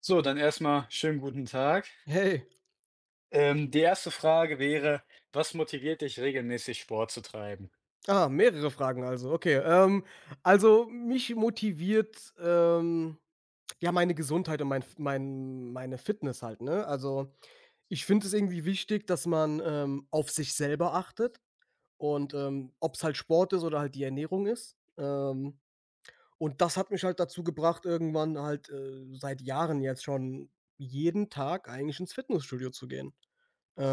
So, dann erstmal schönen guten Tag. Hey. Die erste Frage wäre, was motiviert dich regelmäßig Sport zu treiben? Ah, mehrere Fragen also, okay. Also, mich motiviert, ja, meine Gesundheit und meine Fitness halt, ne? Also, ich finde es irgendwie wichtig, dass man, auf sich selber achtet und, ob es halt Sport ist oder halt die Ernährung ist. Und das hat mich halt dazu gebracht, irgendwann halt, seit Jahren jetzt schon jeden Tag eigentlich ins Fitnessstudio zu gehen.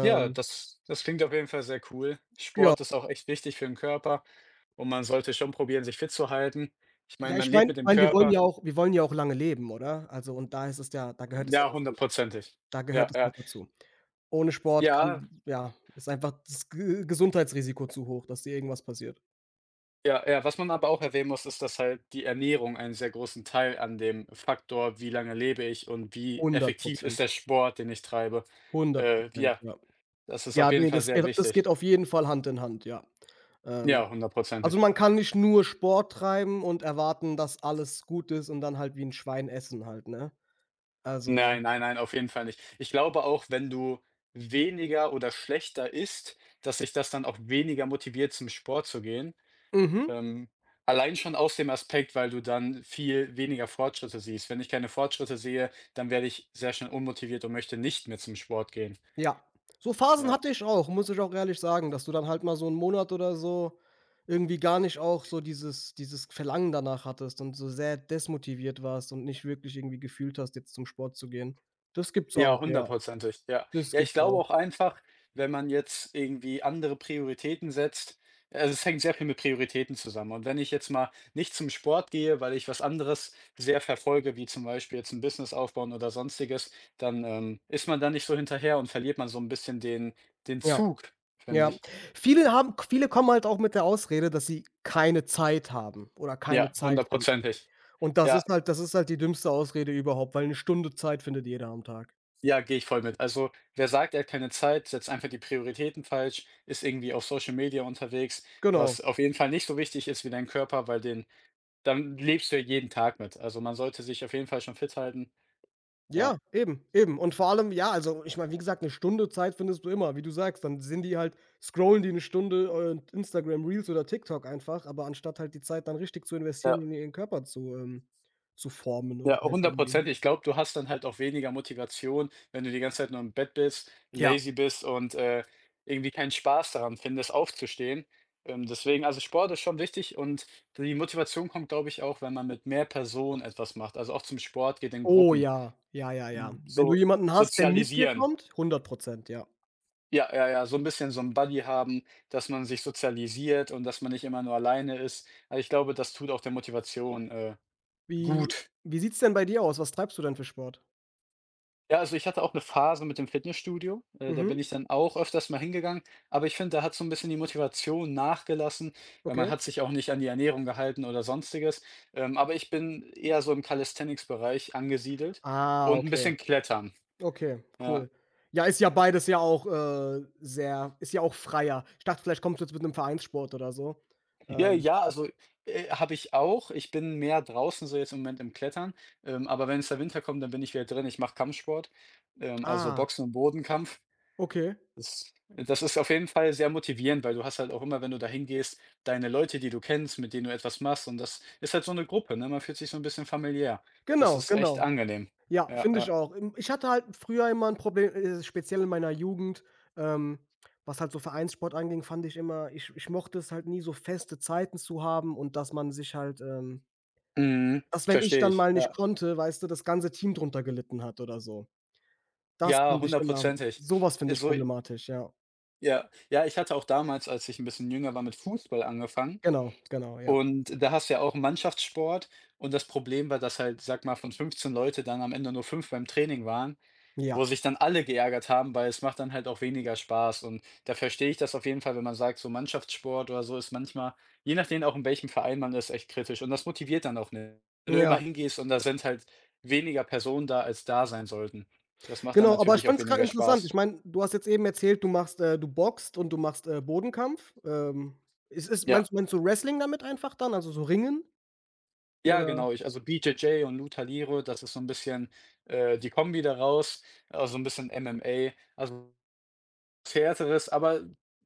Ja, das klingt auf jeden Fall sehr cool. ja. Sport ist auch echt wichtig für den Körper und man sollte schon probieren, sich fit zu halten. Ich meine, Ja, man ich lebt meine mit ich dem meine, wir wollen Körper. ja auch wir wollen ja auch lange leben, oder? Also, und da gehört es ja Ja, dazu. hundertprozentig. Da gehört Ja, es ja, halt dazu. Ohne Sport ja, kann ja, ist einfach das Ge Gesundheitsrisiko zu hoch, dass dir irgendwas passiert. ja, ja. Was man aber auch erwähnen muss, ist, dass halt die Ernährung einen sehr großen Teil an dem Faktor, wie lange lebe ich und wie Hundert effektiv ist Prozent, der Sport, den ich treibe. Hundert Äh, Prozent, ja, ja. das ist auf Ja, jeden ne, Fall das sehr geht das geht wichtig. auf jeden Fall Hand in Hand, ja. Ähm, Ja, also, hundertprozentig. man kann nicht nur Sport treiben und erwarten, dass alles gut ist und dann halt wie 'n Schwein essen halt, ne? Also, Nein, nein, nein, auf jeden Fall nicht. Ich glaube auch, wenn du weniger oder schlechter isst, dass dich das dann auch weniger motiviert, zum Sport zu gehen. mhm. Ähm, allein schon aus dem Aspekt, weil du dann viel weniger Fortschritte siehst. Wenn ich keine Fortschritte sehe, dann werde ich sehr schnell unmotiviert und möchte nicht mehr zum Sport gehen. Ja, so Phasen Ja. hatte ich auch, muss ich auch ehrlich sagen, dass du dann halt mal so 'n Monat oder so irgendwie gar nicht auch so dieses Verlangen danach hattest und so sehr desmotiviert warst und nicht wirklich irgendwie gefühlt hast, jetzt zum Sport zu gehen. Das gibt's auch, Ja, ja. hundertprozentig, ja. Das Ja, ich gibt's glaube auch. auch einfach, wenn man jetzt irgendwie andere Prioritäten setzt, also es hängt sehr viel mit Prioritäten zusammen. Und wenn ich jetzt mal nicht zum Sport gehe, weil ich was anderes sehr verfolge, wie zum Beispiel jetzt ein Business aufbauen oder Sonstiges, dann ist man da nicht so hinterher und verliert man so ein bisschen den den Ja, Zug, finde ja. ich. Viele kommen halt auch mit der Ausrede, dass sie keine Zeit haben oder Ja, keine Zeit finden. hundertprozentig. Und das Ja. ist halt das ist halt die dümmste Ausrede überhaupt, weil 'ne Stunde Zeit findet jeder am Tag. Ja, gehe ich voll mit. Also, wer sagt, er hat keine Zeit, setzt einfach die Prioritäten falsch, ist irgendwie auf Social Media unterwegs, Genau. was auf jeden Fall nicht so wichtig ist wie dein Körper, weil den dann lebst du ja jeden Tag mit. Also, man sollte sich auf jeden Fall schon fit halten. Ja. Ja, eben, eben. Und vor allem, ja, also, ich meine, wie gesagt, eine Stunde Zeit findest du immer, wie du sagst. Dann sind die halt, scrollen die eine Stunde, Instagram Reels oder TikTok einfach, aber anstatt halt die Zeit dann richtig zu Ja. investieren, in ihren Körper zu zu formen oder Ja, halt hundert irgendwie, Prozent. Ich glaube, du hast dann halt auch weniger Motivation, wenn du die ganze Zeit nur im Bett bist, ja. lazy bist und irgendwie keinen Spaß daran findest, aufzustehen. Deswegen also, Sport ist schon wichtig und die Motivation kommt, glaube ich, auch, wenn man mit mehr Personen etwas macht, also auch zum Sport geht in Oh Gruppen. ja, ja, ja, ja. Hm, Wenn du so jemanden hast, der mit dir sozialisieren. kommt, hundert Prozent, ja. Ja, ja, ja, so ein bisschen so ein Buddy haben, dass man sich sozialisiert und dass man nicht immer nur alleine ist. Also, ich glaube, das tut auch der Motivation Wie gut. Wie sieht's denn bei dir aus? Was treibst du denn für Sport? Ja, also ich hatte auch eine Phase mit dem Fitnessstudio. Da bin Mhm, ich dann auch öfters mal hingegangen, aber ich finde, da hat so ein bisschen die Motivation nachgelassen, weil man okay. hat sich auch nicht an die Ernährung gehalten oder Sonstiges. Aber ich bin eher so im Calisthenics-Bereich angesiedelt Ah, und ein okay. bisschen Klettern, Okay, ja. cool. Ja, ist ja beides ja auch, sehr, ist ja auch freier. Ich dachte, vielleicht kommst du jetzt mit einem Vereinssport oder so. Ja, Ähm, ja, also habe ich auch. Ich bin mehr draußen so jetzt im Moment im Klettern, aber wenn es der Winter kommt, dann bin ich wieder drin. Ich mache Kampfsport, also ah, Boxen und Bodenkampf. okay. Das ist auf jeden Fall sehr motivierend, weil du hast halt auch immer, wenn du da hingehst, deine Leute, die du kennst, mit denen du etwas machst und das ist halt so eine Gruppe, ne? Man fühlt sich so ein bisschen familiär. Das Genau, ist echt genau. angenehm. Ja, Ja, finde ich ja. auch. Ich hatte halt früher immer ein Problem, speziell in meiner Jugend, ähm, was halt so Vereinssport anging, fand ich immer, ich mochte es halt nie, so feste Zeiten zu haben und dass man sich halt, ähm, Mhm. dass wenn ich Verstehe dann ich. mal nicht Ja. konnte, weißt du, das ganze Team drunter gelitten hat oder so. Das Ja, fand ich immer hundertprozentig. Sowas finde ich So problematisch, ja. ja. Ja, ich hatte auch damals, als ich ein bisschen jünger war, mit Fußball angefangen Genau, genau, ja. und da hast du ja auch Mannschaftssport und das Problem war, dass halt, sag mal, von 15 Leute dann am Ende nur 5 beim Training waren. Wo Ja, sich dann alle geärgert haben, weil es macht dann halt auch weniger Spaß und da verstehe ich das auf jeden Fall, wenn man sagt, so Mannschaftssport oder so ist manchmal, je nachdem auch in welchem Verein man ist, echt kritisch und das motiviert dann auch nicht. Wenn du immer ja, hingehst und da sind halt weniger Personen da, als da sein sollten. Das macht dann genau, aber ich natürlich auch fand's grad weniger interessant. Ich Spaß. meine, du hast jetzt eben erzählt, du machst, du boxt und du machst, Bodenkampf. Ist ist Ja. meinst Meinst du Wrestling damit einfach dann, also so Ringen Ja, oder? genau, ich also BJJ und Lucha Libre, das ist so ein bisschen die Kombi daraus, also so ein bisschen MMA, also Härteres, aber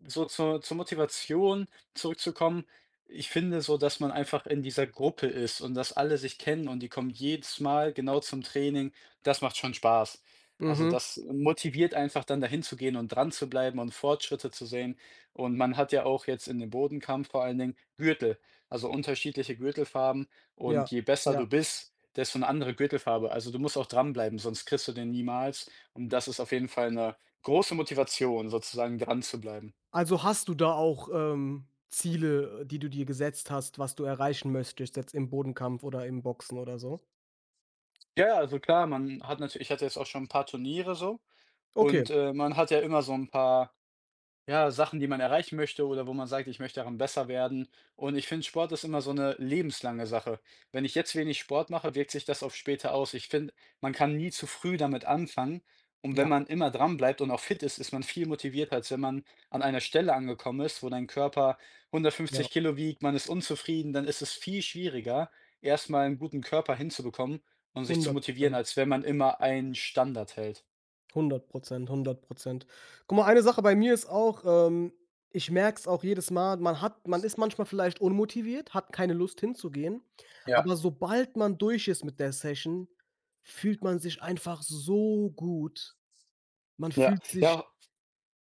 so zur zur Motivation zurückzukommen, ich finde so, dass man einfach in dieser Gruppe ist und dass alle sich kennen und die kommen jedes Mal genau zum Training. Das macht schon Spaß. Also, Mhm, das motiviert einfach dann dahin zu gehen und dran zu bleiben und Fortschritte zu sehen. Und man hat ja auch jetzt in dem Bodenkampf vor allen Dingen Gürtel, also unterschiedliche Gürtelfarben. ja, Und je besser ja. du bist, desto 'ne andere Gürtelfarbe. Also, du musst auch dranbleiben, sonst kriegst du den niemals. Und das ist auf jeden Fall eine große Motivation, sozusagen dran zu bleiben. Also hast du da auch, Ziele, die du dir gesetzt hast, was du erreichen möchtest jetzt im Bodenkampf oder im Boxen oder so? Ja, ja, also klar, man hat natürlich, ich hatte jetzt auch schon ein paar Turniere so Okay, und man hat ja immer so ein paar, ja, Sachen, die man erreichen möchte oder wo man sagt: „Ich möchte daran besser werden.“ Und ich finde, Sport ist immer so eine lebenslange Sache. Wenn ich jetzt wenig Sport mache, wirkt sich das auf später aus. Ich finde, man kann nie zu früh damit anfangen. Und wenn ja, man immer dran bleibt und auch fit ist, ist man viel motivierter, als wenn man an einer Stelle angekommen ist, wo dein Körper ja, 150 Kilo wiegt, man ist unzufrieden, dann ist es viel schwieriger, erst mal 'n guten Körper hinzubekommen und sich zu Hundert motivieren, Prozent. als wenn man immer einen Standard hält. Hundert Prozent. Hundert Prozent. Guck mal, eine Sache bei mir ist auch, ich merke es auch jedes Mal, man ist manchmal vielleicht unmotiviert, hat keine Lust hinzugehen, Ja, aber sobald man durch ist mit der Session, fühlt man sich einfach so gut. Man ja, fühlt sich, ja,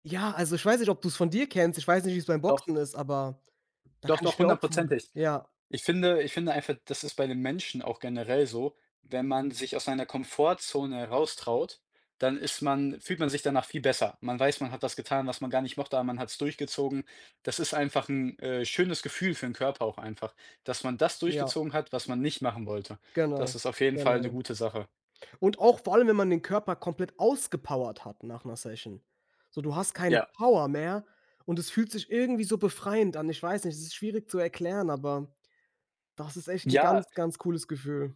ja, also, ich weiß nicht, ob du es von dir kennst, ich weiß nicht, wie es beim Boxen ist, aber da doch, kann doch, ich doch, mir auch vorstellen, hundertprozentig. ja, Ich finde einfach, das ist bei den Menschen auch generell so, wenn man sich aus seiner Komfortzone heraustraut, dann ist man fühlt man sich danach viel besser. Man weiß, man hat was getan, was man gar nicht mochte, aber man hat's durchgezogen. Das ist einfach ein schönes Gefühl für den Körper auch einfach, dass man das ja, durchgezogen hat, was man nicht machen wollte. genau, Das ist auf jeden Fall eine genau. gute Sache. Und auch vor allem, wenn man den Körper komplett ausgepowert hat nach 'ner Session. So, du hast keine Ja. Power mehr und es fühlt sich irgendwie so befreiend an. Ich weiß nicht, es ist schwierig zu erklären, aber das ist echt 'n ganz, Ja, ganz cooles Gefühl.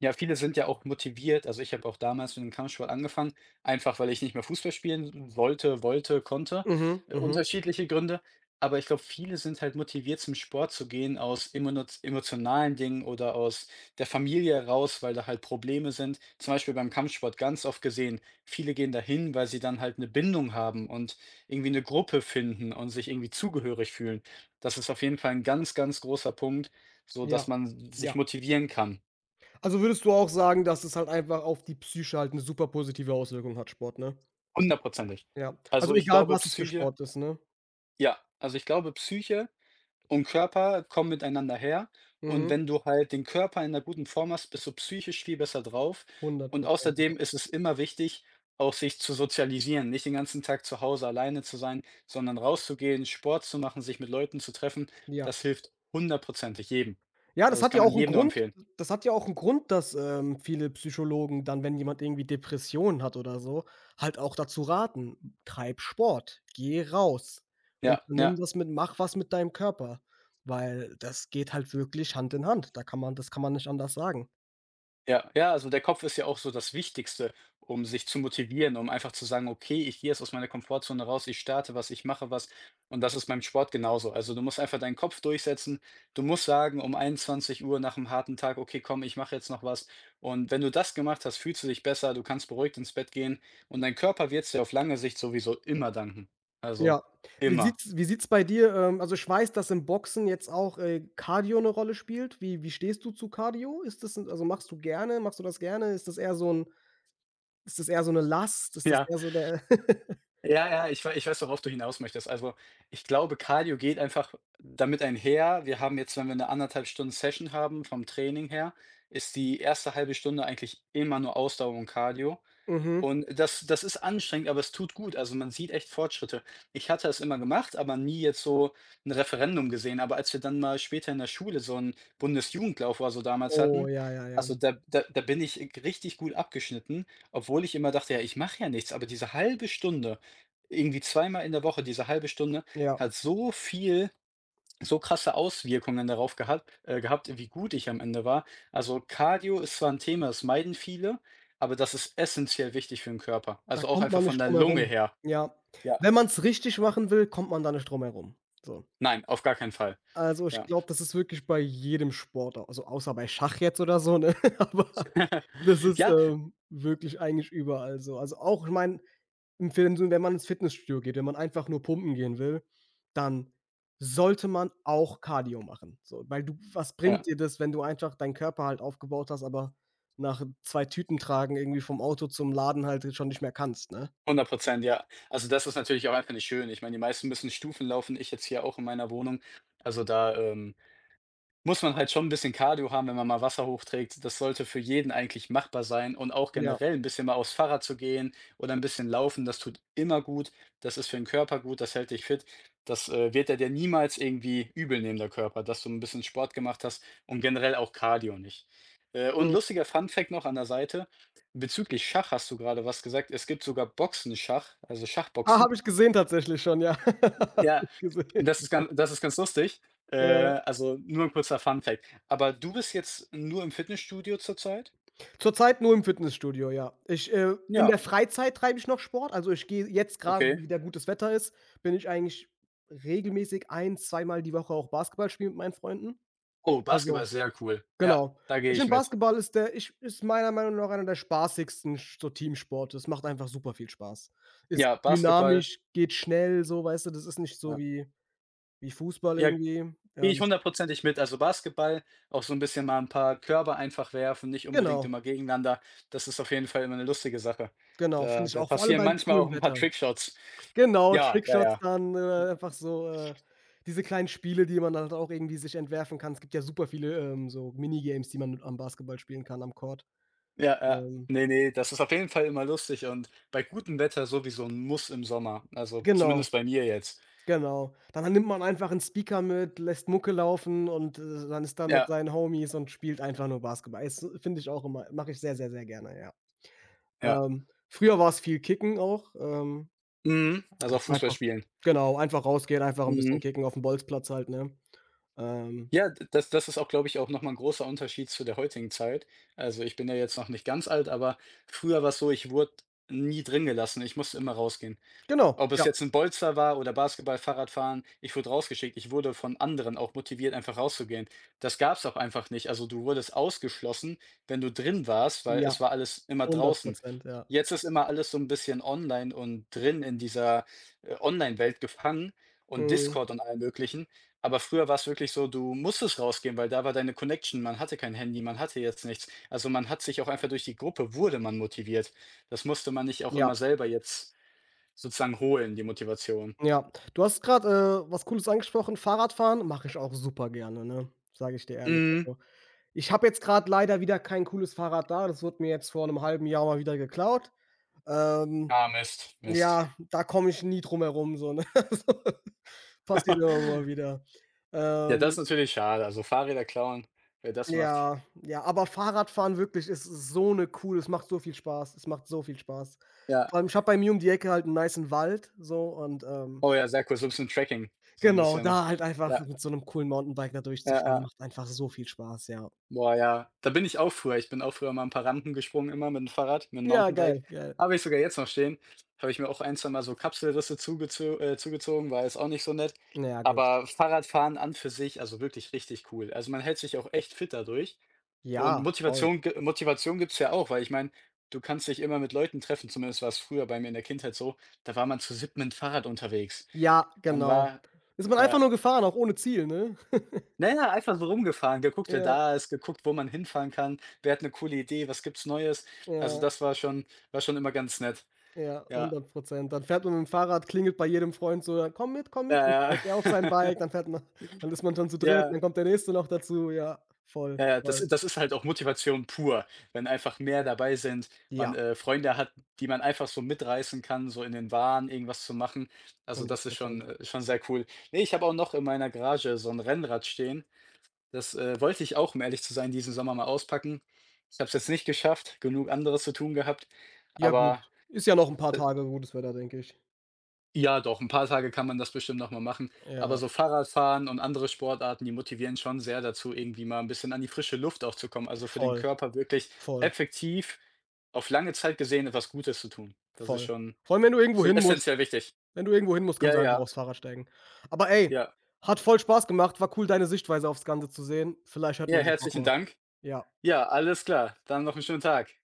ja, viele sind ja auch motiviert. Also, ich habe auch damals mit dem Kampfsport angefangen, einfach weil ich nicht mehr Fußball spielen wollte, konnte, Mhm, mhm. unterschiedliche Gründe. Aber ich glaube, viele sind halt motiviert, zum Sport zu gehen aus emonoz emotionalen Dingen oder aus der Familie raus, weil da halt Probleme sind. Zum Beispiel beim Kampfsport ganz oft gesehen, viele gehen dahin, weil sie dann halt eine Bindung haben und irgendwie eine Gruppe finden und sich irgendwie zugehörig fühlen. Das ist auf jeden Fall ein ganz, ganz großer Punkt, so dass Ja, man sich ja. motivieren kann. Also, würdest du auch sagen, dass es halt einfach auf die Psyche halt 'ne super positive Auswirkung hat, Sport, ne? Hundertprozentig. Ja. Also, Also, ich egal glaube, was es für Psyche Sport ist, ne? Ich glaube, Psyche und Körper kommen miteinander her und Mhm, wenn du halt den Körper in 'ner guten Form hast, bist du psychisch viel besser drauf hundert und Prozent, genau. außerdem ist es immer wichtig, auch sich zu sozialisieren, nicht den ganzen Tag zu Hause alleine zu sein, sondern rauszugehen, Sport zu machen, sich mit Leuten zu treffen. Ja. Das hilft hundertprozentig jedem. Ja, Also, das das hat kann ja man auch 'n jedem nur Grund, empfehlen. Dass, viele Psychologen dann, wenn jemand irgendwie Depressionen hat oder so, halt auch dazu raten: „Treib Sport, geh raus und Ja, nimm ja. was mit mach was mit deinem Körper“, weil das geht halt wirklich Hand in Hand. Da kann man, das kann man nicht anders sagen. Ja, ja, also der Kopf ist ja auch so das Wichtigste, um sich zu motivieren, um einfach zu sagen: „Okay, ich gehe jetzt aus meiner Komfortzone raus, ich starte was, ich mache was.“ Und das ist beim Sport genauso. Also, du musst einfach deinen Kopf durchsetzen. Du musst sagen um 21 Uhr nach einem harten Tag: „Okay, komm, ich mache jetzt noch was.“ Und wenn du das gemacht hast, fühlst du dich besser, du kannst beruhigt ins Bett gehen und dein Körper wird's dir auf lange Sicht sowieso immer danken. Also, Ja. Immer. Wie sieht's bei dir, also, ich weiß, dass im Boxen jetzt auch, Cardio 'ne Rolle spielt. Wie stehst du zu Cardio? Ist das 'n, also, machst du das gerne? Ist das eher so 'ne Last? Ist das Ja. eher so der Ja, ja, ich weiß, worauf du hinaus möchtest. Also, ich glaube, Cardio geht einfach damit einher. Wir haben jetzt, wenn wir eine anderthalb Stunden Session haben vom Training her, ist die erste halbe Stunde eigentlich immer nur Ausdauer und Cardio. Mhm. Und das ist anstrengend, aber es tut gut. Also, man sieht echt Fortschritte. Ich hatte es immer gemacht, aber nie jetzt so ein Referendum gesehen. Aber als wir dann mal später in der Schule so 'n Bundesjugendlauf oder so damals Oh, hatten, ja, ja, ja. also, da bin ich richtig gut abgeschnitten, obwohl ich immer dachte: „Ja, ich mache ja nichts.“ Aber diese halbe Stunde, irgendwie zweimal in der Woche, diese halbe Stunde Ja, hat so viel so krasse Auswirkungen darauf gehabt, wie gut ich am Ende war. Also Cardio ist zwar ein Thema, das meiden viele, aber das ist essentiell wichtig für den Körper. da Also auch kommt einfach man von nicht der drum Lunge herum. her. Ja. Ja. Wenn man's richtig machen will, kommt man da nicht drum herum. So. Nein, auf gar keinen Fall. Also, ich Ja. glaube, das ist wirklich bei jedem Sport, au also außer bei Schach jetzt oder so, ne? Aber das ist, Ja, wirklich eigentlich überall so. Also auch, ich meine, im Film so, wenn man ins Fitnessstudio geht, wenn man einfach nur pumpen gehen will, dann sollte man auch Cardio machen. So, weil du, was bringt ja, dir das, wenn du einfach deinen Körper halt aufgebaut hast, aber nach 2 Tüten tragen irgendwie vom Auto zum Laden halt schon nicht mehr kannst, ne? hundert Prozent, ja. Also das ist natürlich auch einfach nicht schön. Ich meine, die meisten müssen Stufen laufen, ich jetzt hier auch in meiner Wohnung. Also da, muss man halt schon ein bisschen Cardio haben, wenn man mal Wasser hochträgt. Das sollte für jeden eigentlich machbar sein und auch Ja. generell ein bisschen mal aufs Fahrrad zu gehen oder ein bisschen laufen, das tut immer gut. Das ist für den Körper gut, das hält dich fit. Das wird er dir niemals irgendwie übel nehmen, der Körper, dass du ein bisschen Sport gemacht hast und generell auch Cardio nicht. Und Mhm. lustiger Fun Fact noch an der Seite, bezüglich Schach hast du gerade was gesagt. Es gibt sogar Boxenschach, also Ah, Schachboxen. habe ich gesehen tatsächlich schon, ja. Habe Ja, ich gesehen. das ist ganz lustig. Äh, Ja. also, nur ein kurzer Fun Fact. Aber du bist jetzt nur im Fitnessstudio zurzeit? Zurzeit nur im Fitnessstudio, ja. Ich, in der Ja, Freizeit treibe ich noch Sport. Also, ich gehe jetzt gerade, okay. wo wieder gutes Wetter ist, bin ich eigentlich regelmäßig 1, 2 mal die Woche auch Basketball spielen mit meinen Freunden. Oh, Basketball Also ist sehr cool. Ja, genau. da gehe Ich ich finde, mit. Basketball ist der ich ist meiner Meinung nach einer der spaßigsten Sch so Teamsporte. Es macht einfach super viel Spaß. Ist Ja, Basketball. dynamisch, geht schnell, so, weißt du? Das ist nicht so Ja, wie Fußball ja, irgendwie. gehe ich hundertprozentig mit. Also, Basketball, auch so ein bisschen mal ein paar Körbe einfach werfen, nicht unbedingt Genau, immer gegeneinander. Das ist auf jeden Fall immer eine lustige Sache. genau, finde Da ich da auch, vor allem passieren beim manchmal auch coolen ein paar Wetter. Trickshots. Genau, Ja, ja, Trickshots ja. dann, einfach so, diese kleinen Spiele, die man dann halt auch irgendwie sich entwerfen kann. Es gibt ja super viele, so Minigames, die man am Basketball spielen kann, am Court. Ja, ja, Ähm, nee, nee, das ist auf jeden Fall immer lustig und bei gutem Wetter sowieso ein Muss im Sommer, also genau, zumindest bei mir jetzt. genau. Dann nimmt man einfach 'n Speaker mit, lässt Mucke laufen und, dann ist da mit Ja, seinen Homies und spielt einfach nur Basketball. Ist, finde ich auch immer, mache ich sehr, sehr, sehr gerne, ja. ja. Früher war's viel Kicken auch, Mhm. Also dass auch man Fußball einfach, spielen. genau, einfach rausgehen, einfach 'n bisschen Mhm. kicken aufm Bolzplatz halt, ne? Ähm, Ja, d das das ist auch, glaube ich, auch nochmal ein großer Unterschied zu der heutigen Zeit. Also, ich bin ja jetzt noch nicht ganz alt, aber früher war es so, ich wurde nie drin gelassen. Ich musste immer rausgehen. genau, Ob es ja, jetzt ein Bolzer war oder Basketball, Fahrradfahren, ich wurde rausgeschickt. Ich wurde von anderen auch motiviert, einfach rauszugehen. Das gab es auch einfach nicht. Also, du wurdest ausgeschlossen, wenn du drin warst, weil ja. es war alles immer draußen. Hundert Prozent, ja. Jetzt ist immer alles so ein bisschen online und drin in dieser, Online-Welt gefangen und Mhm. Discord und allem Möglichen. Aber früher war es wirklich so, du musstest rausgehen, weil da war deine Connection. Man hatte kein Handy, man hatte jetzt nichts. Also, man hat sich auch einfach durch die Gruppe wurde man motiviert. Das musste man nicht auch Ja, immer selber jetzt sozusagen holen, die Motivation. ja. Du hast gerade, was Cooles angesprochen, Fahrradfahren mache ich auch super gerne, ne? Sage ich dir ehrlich. Mhm. Also, ich habe jetzt gerade leider wieder kein cooles Fahrrad da. Das wurde mir jetzt vor einem halben Jahr mal wieder geklaut. Ähm, Ah, Mist, Mist. ja, da komme ich nie drum herum, so, ne? Also, passiert immer mal wieder. Ja, das ist Ähm, natürlich schade. Also, Fahrräder klauen, wer das macht. ja, ja, aber Fahrradfahren wirklich ist so eine cool, es macht so viel Spaß. Es macht so viel Spaß. Ja. Vor allem, ich habe bei mir um die Ecke halt einen nicen Wald so und, ähm, Oh ja, sehr cool. So ein bisschen Tracking, so ein genau, bisschen, da halt einfach ja, mit so 'nem coolen Mountainbike da ja, durchzufahren, ja. macht einfach so viel Spaß, ja. Boah, ja. Da bin ich auch früher, mal ein paar Rampen gesprungen immer mit dem Fahrrad, mit dem Ja, geil, Mountainbike. geil. Habe ich sogar jetzt noch stehen. Habe ich mir auch ein, zwei mal so Kapselrisse zugezogen, war jetzt auch nicht so nett. Na ja, gut. Aber Fahrradfahren an für sich, also, wirklich richtig cool. Also, man hält sich auch echt fit dadurch. Und Ja, voll. Motivation gibt's ja auch, weil ich meine, du kannst dich immer mit Leuten treffen, zumindest war es früher bei mir in der Kindheit so, da war man zu 7 mit'm Fahrrad unterwegs. Ja, Man genau. war, Ist man einfach ja, nur gefahren, auch ohne Ziel, ne? na ja, einfach so rumgefahren, geguckt, wer Ja, da ist, geguckt, wo man hinfahren kann, wer hat eine coole Idee, was gibt's Neues? Also, ja, das war schon immer ganz nett. ja, Ja, hundert Prozent. Dann fährt man mit'm Fahrrad, klingelt bei jedem Freund so: „Ja, komm mit, komm ja, mit.“ Dann ja. steigt er auf sein Bike, dann fährt man, dann ist man schon zu dritt, Ja. dann kommt der Nächste noch dazu. Ja, voll, Ja, ja, das voll. das ist halt auch Motivation pur, wenn einfach mehr dabei sind, man, Ja, Freunde hat, die man einfach so mitreißen kann, so in den Wahn irgendwas zu machen. Also, hundert das ist Prozent. Schon sehr cool. Ne, ich habe auch noch in meiner Garage so ein Rennrad stehen. Das, wollte ich auch, um ehrlich zu sein, diesen Sommer mal auspacken. Ich habe es jetzt nicht geschafft, genug anderes zu tun gehabt, Ja gut, aber ist ja noch 'n paar Tage gutes Wetter, denke ich. ja, doch, ein paar Tage kann man das bestimmt noch mal machen. Ja, Aber so Fahrradfahren und andere Sportarten, die motivieren schon sehr dazu, irgendwie mal ein bisschen an die frische Luft auch zu kommen. Also, für den voll, Körper wirklich voll. effektiv auf lange Zeit gesehen etwas Gutes zu tun. Das ist Voll. schon Vor allem, wenn du irgendwo so hin musst. essentiell wichtig. Wenn du irgendwo hin musst, kannst Ja, du einfach ja, aufs Fahrrad steigen. Aber ey, ja. hat voll Spaß gemacht. War cool, deine Sichtweise aufs Ganze zu sehen. Vielleicht hört Ja, man sich noch herzlichen mal. Dank. Ja. Ja, alles klar. Dann noch einen schönen Tag.